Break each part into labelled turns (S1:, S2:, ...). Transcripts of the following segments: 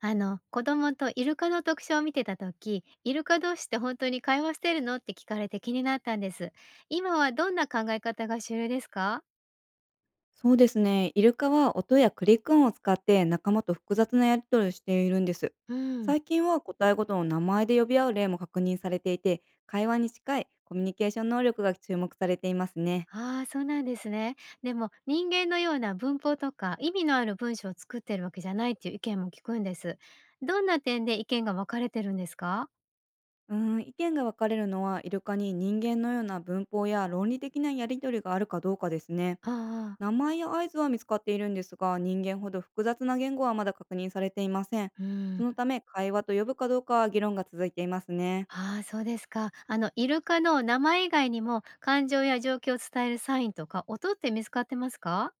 S1: 子供とイルカの特集を見てた時、イルカ同士って本当に会話してるのって聞かれて気になったんです。今はどんな考え方が主流ですか？
S2: そうですね。イルカは音やクリック音を使って仲間と複雑なやり取りをしているんです。
S1: うん。
S2: 最近は個体ごとの名前で呼び合う例も確認されていて、会話に近いコミュニケーション能力が注目されていますね。
S1: ああー、そうなんですね。でも人間のような文法とか意味のある文章を作ってるわけじゃないっていう意見も聞くんです。どんな点で意見が分かれてるんですか？
S2: うーん、意見が分かれるのは、イルカに人間のような文法や論理的なやり取りがあるかどうかですね。
S1: ああ
S2: 名前や合図は見つかっているんですが、人間ほど複雑な言語はまだ確認されていません。
S1: ー、う
S2: そ
S1: ん。
S2: のため、会話と呼ぶかどうかは議論が続いていますね。
S1: ああ、そうですか。イルカの名前以外にも感情や状況を伝えるサインとか音って見つかってますか？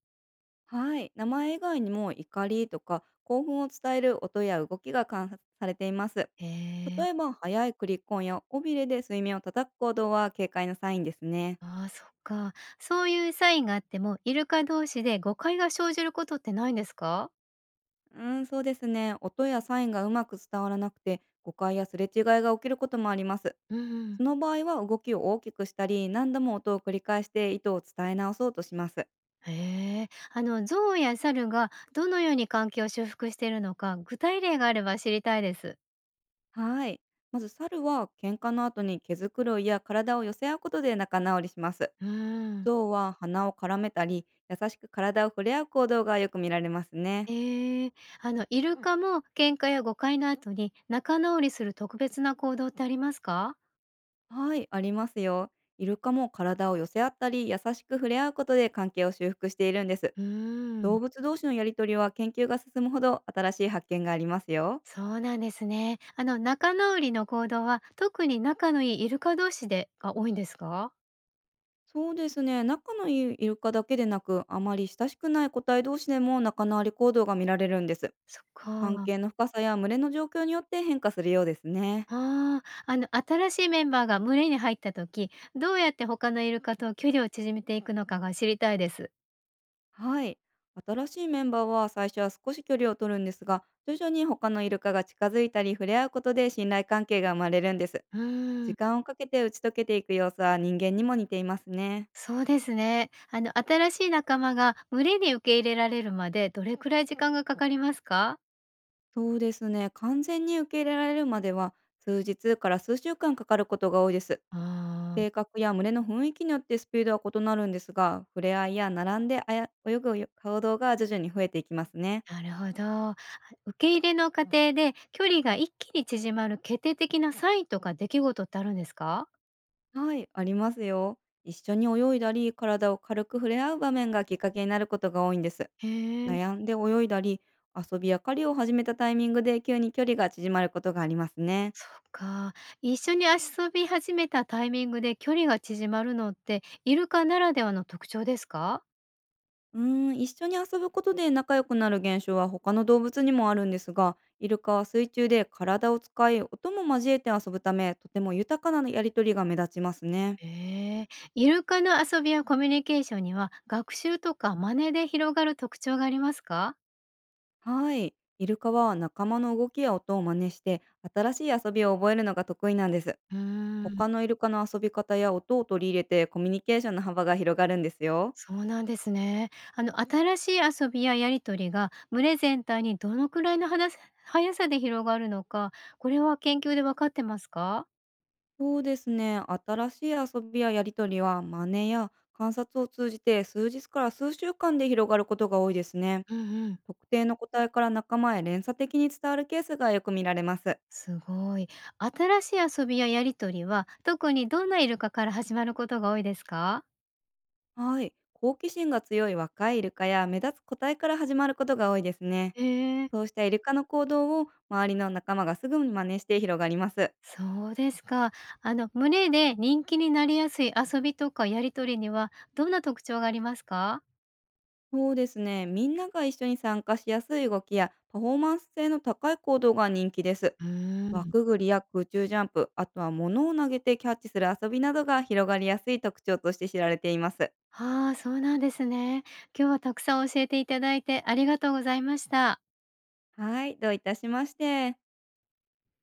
S2: はい、名前以外にも怒りとか興奮を伝える音や動きが観察されています。
S1: へえ。
S2: 例えば、早いクリコンや尾びれで水面を叩く行動は警戒のサインですね。
S1: ああ、そっか。そういうサインがあっても、イルカ同士で誤解が生じることってないんですか？
S2: うーん、そうですね。音やサインがうまく伝わらなくて、誤解やすれ違いが起きることもあります。
S1: うん。う
S2: そ
S1: ん。
S2: の場合は、動きを大きくしたり、何度も音を繰り返して意図を伝え直そうとします。
S1: へえ。象や猿がどのように関係を修復しているのか、具体例があれば知りたいです。
S2: はい。まず猿は、喧嘩の後に毛づくろいや体を寄せ合うことで仲直りします。
S1: うん。
S2: 象は鼻を絡めたり、優しく体を触れ合う行動がよく見られますね。
S1: ええ。イルカも喧嘩や誤解の後に仲直りする特別な行動ってありますか？
S2: はい、ありますよ。イルカも体を寄せ合ったり、優しく触れ合うことで関係を修復しているんです。
S1: うーん。
S2: 動物同士のやりとりは、研究が進むほど新しい発見がありますよ。
S1: そうなんですね。仲直りの行動は特に仲のいいイルカ同士でが多いんですか？
S2: そうですね。仲のいいイルカだけでなく、あまり親しくない個体同士でも仲のあり行動が見られるんです。
S1: そっ
S2: 関
S1: か。
S2: 係の深さや群れの状況によって変化するようですね。
S1: ああ、新しいメンバーが群れに入った時、どうやって他のイルカと距離を縮めていくのかが知りたいです。
S2: はい。新しいメンバーは、最初は少し距離を取るんですが、徐々に他のイルカが近づいたり触れ合うことで信頼関係が生まれるんです。
S1: うーん。
S2: 時間をかけて打ち解けていく様子は、人間にも似ていますね。
S1: そうですね。新しい仲間が群れに受け入れられるまでどれくらい時間がかかりますか？
S2: そうですね。完全に受け入れられるまでは、数日から数週間かかることが多いです。
S1: ああ。
S2: 性格や群れの雰囲気によってスピードは異なるんですが、触れ合いや並んであや泳ぐ行動が徐々に増えていきますね。
S1: なるほど。受け入れの過程で距離が一気に縮まる決定的なサインとか出来事ってあるんですか？
S2: はい、ありますよ。一緒に泳いだり、体を軽く触れ合う場面がきっかけになることが多いんです。
S1: へえ。
S2: 悩んで泳いだり、遊びや狩りを始めたタイミングで急に距離が縮まることがありますね。
S1: そっか。一緒に遊び始めたタイミングで距離が縮まるのって、イルカならではの特徴ですか？
S2: うーん、一緒に遊ぶことで仲良くなる現象は他の動物にもあるんですが、イルカは水中で体を使い、音も交えて遊ぶため、とても豊かなやりとりが目立ちますね。
S1: へえ。イルカの遊びやコミュニケーションには、学習とか真似で広がる特徴がありますか？
S2: はい。イルカは仲間の動きや音を真似して、新しい遊びを覚えるのが得意なんです。
S1: うーん。
S2: 他のイルカの遊び方や音を取り入れて、コミュニケーションの幅が広がるんですよ。
S1: そうなんですね。新しい遊びややり取りが群れ全体にどのくらいの話す速さで広がるのか、これは研究で分かってますか？
S2: そうですね。新しい遊びややりとりは、真似や観察を通じて数日から数週間で広がることが多いですね。
S1: うんうん。
S2: 特定の個体から仲間へ連鎖的に伝わるケースがよく見られます。
S1: すごい。新しい遊びややりとりは、特にどんなイルカから始まることが多いですか？
S2: はい。好奇心が強い若いイルカや目立つ個体から始まることが多いですね。
S1: へえ。
S2: そうしたイルカの行動を、周りの仲間がすぐに真似して広がります。
S1: そうですか。群れで人気になりやすい遊びとかやり取りには、どんな特徴がありますか？
S2: そうですね。みんなが一緒に参加しやすい動きやパフォーマンス性の高い行動が人気です。
S1: うーん。
S2: 枠ぐりや空中ジャンプ、あとは物を投げてキャッチする遊びなどが広がりやすい特徴として知られています。
S1: ああ、そうなんですね。今日はたくさん教えていただいてありがとうございました。
S2: はい、どういたしまして。